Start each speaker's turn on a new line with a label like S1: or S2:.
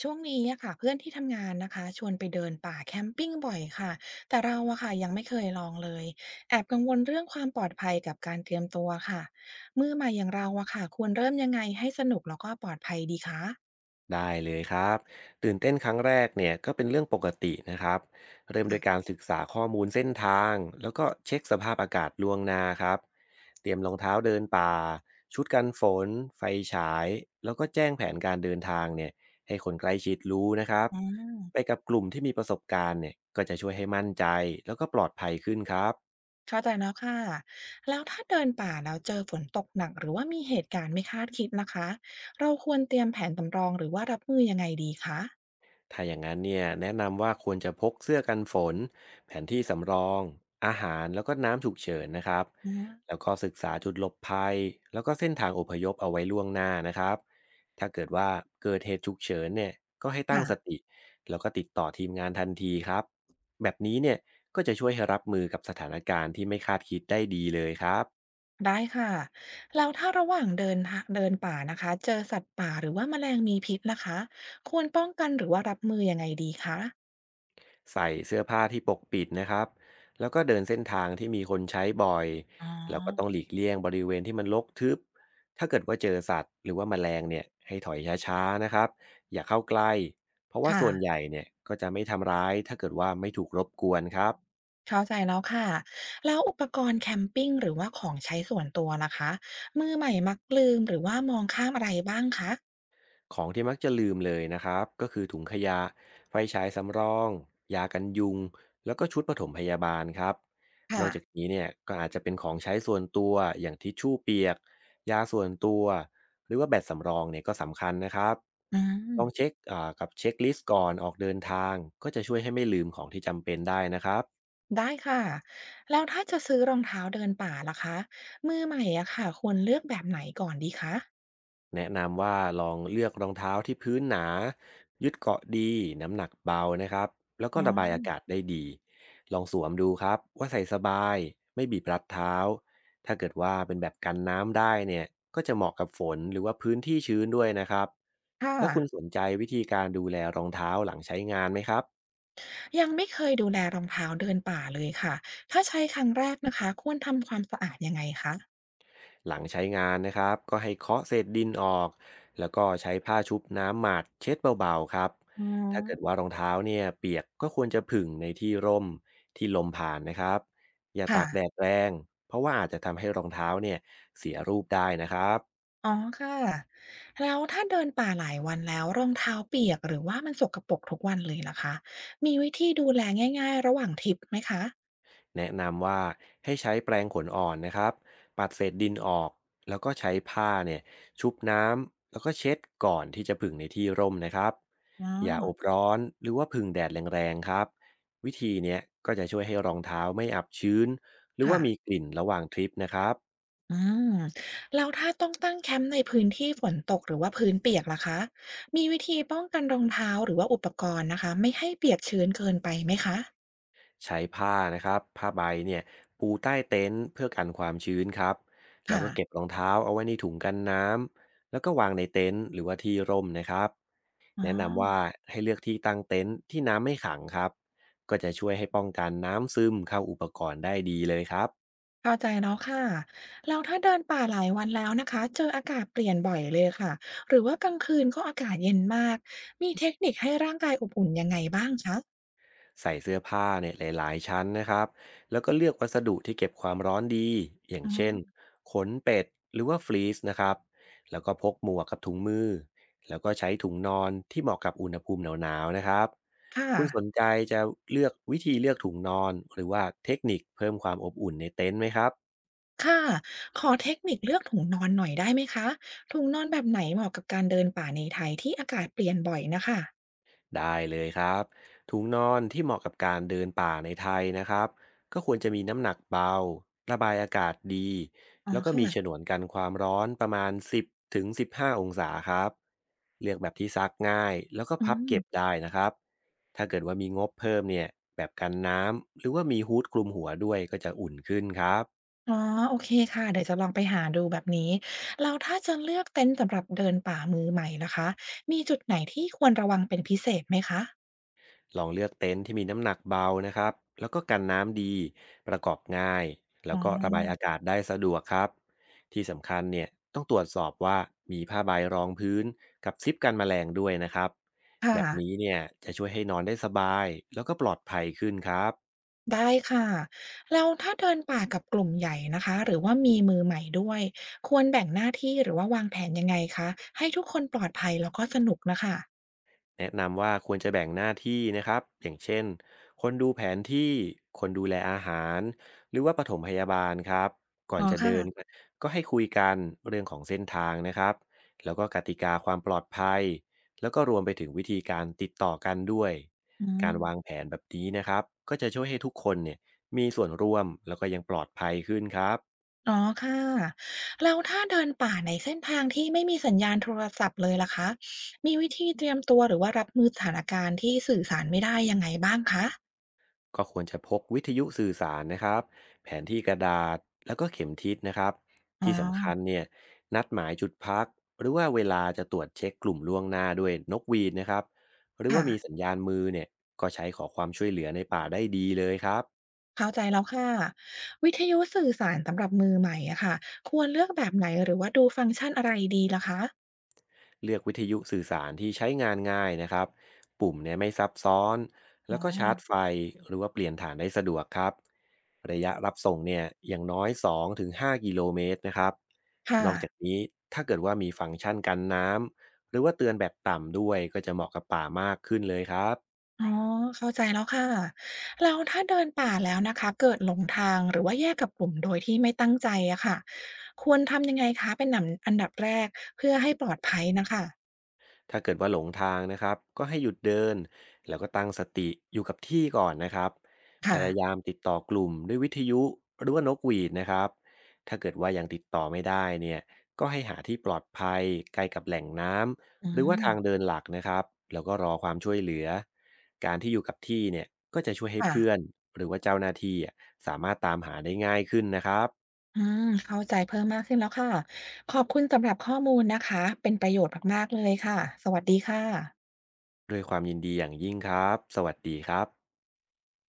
S1: ช่วงนี้อะค่ะเพื่อนที่ทำงานนะคะชวนไปเดินป่าแคมปิ้งบ่อยค่ะแต่เราอะค่ะยังไม่เคยลองเลยแอบกังวลเรื่องความปลอดภัยกับการเตรียมตัวค่ะมือใหม่อย่างเราอะค่ะควรเริ่มยังไงให้สนุกแล้วก็ปลอดภัยดีคะ
S2: ได้เลยครับตื่นเต้นครั้งแรกเนี่ยก็เป็นเรื่องปกตินะครับเริ่มด้วยการ
S1: ค่ะ
S2: ศึกษาข้อมูลเส้นทางแล้วก็เช็คสภาพอากาศล่วงหน้าครับเตรียมรองเท้าเดินป่าชุดกันฝนไฟฉายแล้วก็แจ้งแผนการเดินทางเนี่ยให้คนใกล้ชิดรู้นะครับ
S1: อื
S2: ไป
S1: ม
S2: กับกลุ่มที่มีประสบการณ์เนี่ยก็จะช่วยให้มั่นใจแล้วก็ปลอดภัยขึ้นครับ
S1: เข้าใจแล้วค่ะแล้วถ้าเดินป่าแล้วเจอฝนตกหนักหรือว่ามีเหตุการณ์ไม่คาดคิดนะคะเราควรเตรียมแผนสำรองหรือว่ารับมือยังไงดีคะ
S2: ถ้าอย่างนั้นเนี่ยแนะนำว่าควรจะพกเสื้อกันฝนแผนที่สำรองอาหารแล้วก็น้ำฉุกเฉินนะครับ
S1: อืม
S2: แล้วก็ศึกษาจุดหลบภัยแล้วก็เส้นทางอพยพเอาไว้ล่วงหน้านะครับถ้าเกิดว่าเกิดเหตุฉุกเฉินเนี่ยก็ให้ตั้งส
S1: ค่ะ
S2: ติแล้วก็ติดต่อทีมงานทันทีครับแบบนี้เนี่ยก็จะช่วยให้รับมือกับสถานการณ์ที่ไม่คาดคิดได้ดีเลยครับ
S1: ได้ค่ะแล้วถ้าระหว่างเดินป่านะคะเจอสัตว์ป่าหรือว่าแมลงมีพิษนะคะควรป้องกันหรือว่ารับมือยังไงดีคะ
S2: ใส่เสื้อผ้าที่ปกปิดนะครับ แล้วก็เดินเส้นทางที่มีคนใช้บ่อย
S1: อ๋อ
S2: แล้วก็ต้องหลีกเลี่ยงบริเวณที่มันรกทึบ ถ้าเกิดว่าเจอสัตว์หรือว่าแมลงเนี่ยให้ถอยช้าๆนะครับ อย่าเข้าใกล้ เพราะว่า
S1: ค่ะ
S2: ส่วนใหญ่เนี่ยก็จะไม่ทำร้ายถ้าเกิดว่าไม่ถูกรบกวนครับ
S1: เข้าใจแล้วค่ะแล้วอุปกรณ์แคมปิงหรือว่าของใช้ส่วนตัวนะคะมือใหม่มักลืมหรือว่ามองข้ามอะไรบ้างคะ
S2: ของที่มักจะลืมเลยนะครับก็คือถุงขยะไฟฉายสำรองยากันยุงแล้วก็ชุดปฐมพยาบาลครับน
S1: ค่ะ
S2: อกจากนี้เนี่ยก็อาจจะเป็นของใช้ส่วนตัวอย่างทิชชู่เปียกยาส่วนตัวหรือว่าแบตสำรองเนี่ยก็สำคัญนะครับ
S1: อื
S2: ลองเช็
S1: ม
S2: คกับเช็คลิสต์ก่อนออกเดินทางก็จะช่วยให้ไม่ลืมของที่จำเป็นได้นะครับ
S1: ได้ค่ะแล้วถ้าจะซื้อรองเท้าเดินป่าล่ะคะมือใหม่อะค่ะควรเลือกแบบไหนก่อนดีคะ
S2: แนะนำว่าลองเลือกรองเท้าที่พื้นหนายึดเกาะดีน้ำหนักเบานะครับแล้วก็
S1: อ๋อ
S2: ระบายอากาศได้ดีลองสวมดูครับว่าใส่สบายไม่บีบรัดเท้าถ้าเกิดว่าเป็นแบบกันน้ำได้เนี่ยก็จะเหมาะกับฝนหรือว่าพื้นที่ชื้นด้วยนะครับ
S1: ค่ะ
S2: แล้วคุณสนใจวิธีการดูแลรองเท้าหลังใช้งานไหมครับ
S1: ยังไม่เคยดูแลรองเท้าเดินป่าเลยค่ะถ้าใช้ครั้งแรกนะคะควรทำความสะอาดยังไงคะ
S2: หลังใช้งานนะครับก็ให้เคาะเศษดินออกแล้วก็ใช้ผ้าชุบน้ำหมาดเช็ดเบาๆครับ
S1: อ๋
S2: ถ้าเกิดว่า
S1: อ
S2: รองเท้าเนี่ยเปียกก็ควรจะผึ่งในที่ร่มที่ลมผ่านนะครับอย่าตา
S1: ค่ะ
S2: กแดดแรงเพราะว่าอาจจะทำให้รองเท้าเนี่ยเสียรูปได้นะครับ
S1: อ๋อค่ะแล้วถ้าเดินป่าหลายวันแล้วรองเท้าเปียกหรือว่ามันสกปรกทุกวันเลยล่ะคะมีวิธีดูแลง่ายๆระหว่างทริปไหมคะ
S2: แนะนำว่าให้ใช้แปรงขนอ่อนนะครับปัดเศษดินออกแล้วก็ใช้ผ้าเนี่ยชุบน้ำแล้วก็เช็ดก่อนที่จะผึ่งในที่ร่มนะครับ
S1: อ๋อ
S2: อย่าอบร้อนหรือว่าผึ่งแดดแรงๆครับวิธีเนี้ยก็จะช่วยให้รองเท้าไม่อับชื้นหรือว่า
S1: ค่ะ
S2: มีกลิ่นระหว่างทริปนะครับ
S1: อืมแล้วถ้าต้องตั้งแคมป์ในพื้นที่ฝนตกหรือว่าพื้นเปียกล่ะคะมีวิธีป้องกันรองเท้าหรือว่าอุปกรณ์นะคะไม่ให้เปียกชื้นเกินไปไหมคะ
S2: ใช้ผ้านะครับผ้าใบเนี่ยปูใต้เต็นท์เพื่อกันความชื้นครับแล้วก็เก็บ
S1: ค่ะ
S2: รองเท้าเอาไว้ในถุงกันน้ำแล้วก็วางในเต็นท์หรือว่าที่ร่มนะครับ
S1: อ๋
S2: แนะนำว่า
S1: อ
S2: ให้เลือกที่ตั้งเต็นท์ที่น้ำไม่ขังครับก็จะช่วยให้ป้องกันน้ำซึมเข้าอุปกรณ์ได้ดีเลยครับ
S1: เข้าใจแล้วค่ะแล้วถ้าเดินป่าหลายวันแล้วนะคะเจออากาศเปลี่ยนบ่อยเลยค่ะ หรือว่ากลางคืนก็อากาศเย็นมากมีเทคนิคให้ร่างกายอบอุ่นยังไงบ้างคะ
S2: ใส่เสื้อผ้าเนี่ยหลายๆชั้นนะครับแล้วก็เลือกวัสดุที่เก็บความร้อนดีอย่าง
S1: อ๋อ
S2: เช่นขนเป็ดหรือว่าฟลีซนะครับแล้วก็พกหมวกกับถุงมือแล้วก็ใช้ถุงนอนที่เหมาะกับอุณหภูมิหนาวๆนะครับ
S1: ค่ะ
S2: คุณสนใจจะเลือกวิธีเลือกถุงนอนหรือว่าเทคนิคเพิ่มความอบอุ่นในเต็นท์ไหมครับ
S1: ค่ะขอเทคนิคเลือกถุงนอนหน่อยได้ไหมคะถุงนอนแบบไหนเหมาะกับการเดินป่าในไทยที่อากาศเปลี่ยนบ่อยนะคะ
S2: ได้เลยครับถุงนอนที่เหมาะกับการเดินป่าในไทยนะครับก็ควรจะมีน้ำหนักเบาระบายอากาศดี
S1: อ๋อ
S2: แล้วก็มีฉน
S1: ค่ะ
S2: วนกันความร้อนประมาณ10ถึง15องศาครับเลือกแบบที่ซักง่ายแล้วก็
S1: อื
S2: พับ
S1: ม
S2: เก็บได้นะครับถ้าเกิดว่ามีงบเพิ่มเนี่ยแบบกันน้ำหรือว่ามีฮู้ดคลุมหัวด้วยก็จะอุ่นขึ้นครับ
S1: อ๋อโอเคค่ะเดี๋ยวจะลองไปหาดูแบบนี้เราถ้าจะเลือกเต็นท์สำหรับเดินป่ามือใหม่ละคะมีจุดไหนที่ควรระวังเป็นพิเศษไหมคะ
S2: ลองเลือกเต็นท์ที่มีน้ำหนักเบานะครับแล้วก็กันน้ำดี ประกอบง่าย แล้ว
S1: อา
S2: ก็ระบายอากาศได้สะดวกครับที่สำคัญเนี่ยต้องตรวจสอบว่ามีผ้าใบรองพื้นกับซิปกันแมลงด้วยนะครับ
S1: ค่ะ
S2: แบบนี้เนี่ยจะช่วยให้นอนได้สบายแล้วก็ปลอดภัยขึ้นครับ
S1: ได้ค่ะแล้วถ้าเดินป่ากับกลุ่มใหญ่นะคะหรือว่ามีมือใหม่ด้วยควรแบ่งหน้าที่หรือว่าวางแผนยังไงคะให้ทุกคนปลอดภัยแล้วก็สนุกนะค่ะ
S2: แนะนำว่าควรจะแบ่งหน้าที่นะครับอย่างเช่นคนดูแผนที่คนดูแลอาหารหรือว่าปฐมพยาบาลครับก่อ
S1: อ๋
S2: น
S1: อ
S2: จะเดิน
S1: ค่ะ
S2: ก็ให้คุยกันเรื่องของเส้นทางนะครับแล้วก็กติกาความปลอดภัยแล้วก็รวมไปถึงวิธีการติดต่อกันด้วย
S1: อื
S2: กา
S1: ม
S2: รวางแผนแบบนี้นะครับก็จะช่วยให้ทุกคนเนี่ยมีส่วนร่วมแล้วก็ยังปลอดภัยขึ้นครับ
S1: อ๋อค่ะแล้วถ้าเดินป่าในเส้นทางที่ไม่มีสัญญาณโทรศัพท์เลยล่ะคะมีวิธีเตรียมตัวหรือว่ารับมือสถานการณ์ที่สื่อสารไม่ได้ยังไงบ้างคะ
S2: ก็ควรจะพกวิทยุสื่อสารนะครับแผนที่กระดาษแล้วก็เข็มทิศนะครับ
S1: อ๋อ
S2: ที่สำคัญเนี่ยนัดหมายจุดพักหรือว่าเวลาจะตรวจเช็คกลุ่มล่วงหน้าด้วยนกหวีดนะครับหรือว่า
S1: ค่ะ
S2: มีสัญญาณมือเนี่ยก็ใช้ขอความช่วยเหลือในป่าได้ดีเลยครับ
S1: เข้าใจแล้วค่ะวิทยุสื่อสารสำหรับมือใหม่อะค่ะควรเลือกแบบไหนหรือว่าดูฟังก์ชันอะไรดีล่ะคะ
S2: เลือกวิทยุสื่อสารที่ใช้งานง่ายนะครับ ปุ่มเนี่ยไม่ซับซ้อน แล้
S1: อ๋
S2: วก็ชาร์จ
S1: อ
S2: ไฟหรือว่าเปลี่ยนฐานได้สะดวกครับ ระยะรับส่งเนี่ยอย่างน้อย2-5กิโลเมตรนะครับ
S1: ค่ะ
S2: นอกจากนี้ถ้าเกิดว่ามีฟังก์ชันกันน้ำหรือว่าเตือนแบบต่ำด้วยก็จะเหมาะกับป่ามากขึ้นเลยครับ
S1: อ๋อเข้าใจแล้วค่ะแล้วถ้าเดินป่าแล้วนะคะเกิดหลงทางหรือว่าแยกกับกลุ่มโดยที่ไม่ตั้งใจอะค่ะควรทำยังไงคะเป็นหนำอันดับแรกเพื่อให้ปลอดภัยนะคะ
S2: ถ้าเกิดว่าหลงทางนะครับก็ให้หยุดเดินแล้วก็ตั้งสติอยู่กับที่ก่อนนะครับพ
S1: ค่ะ
S2: ยายามติดต่อกลุ่มด้วยวิทยุหรือว่านกหวีดนะครับถ้าเกิดว่ายังติดต่อไม่ได้เนี่ยก็ให้หาที่ปลอดภัยใกล้กับแหล่งน้
S1: อื
S2: ำหรือว่าทางเดิ
S1: ม
S2: นหลักนะครับแล้วก็รอความช่วยเหลือการที่อยู่กับที่เนี่ยก็จะช่วยให้
S1: ค่ะ
S2: เพื่อนหรือว่าเจ้าหน้าที่อะสามารถตามหาได้ง่ายขึ้นนะครับ
S1: อืมเข้าใจเพิ่มมากขึ้นแล้วค่ะขอบคุณสำหรับข้อมูลนะคะเป็นประโยชน์มากๆเลยค่ะสวัสดีค่ะ
S2: ด้วยความยินดีอย่างยิ่งครับสวัสดีครับ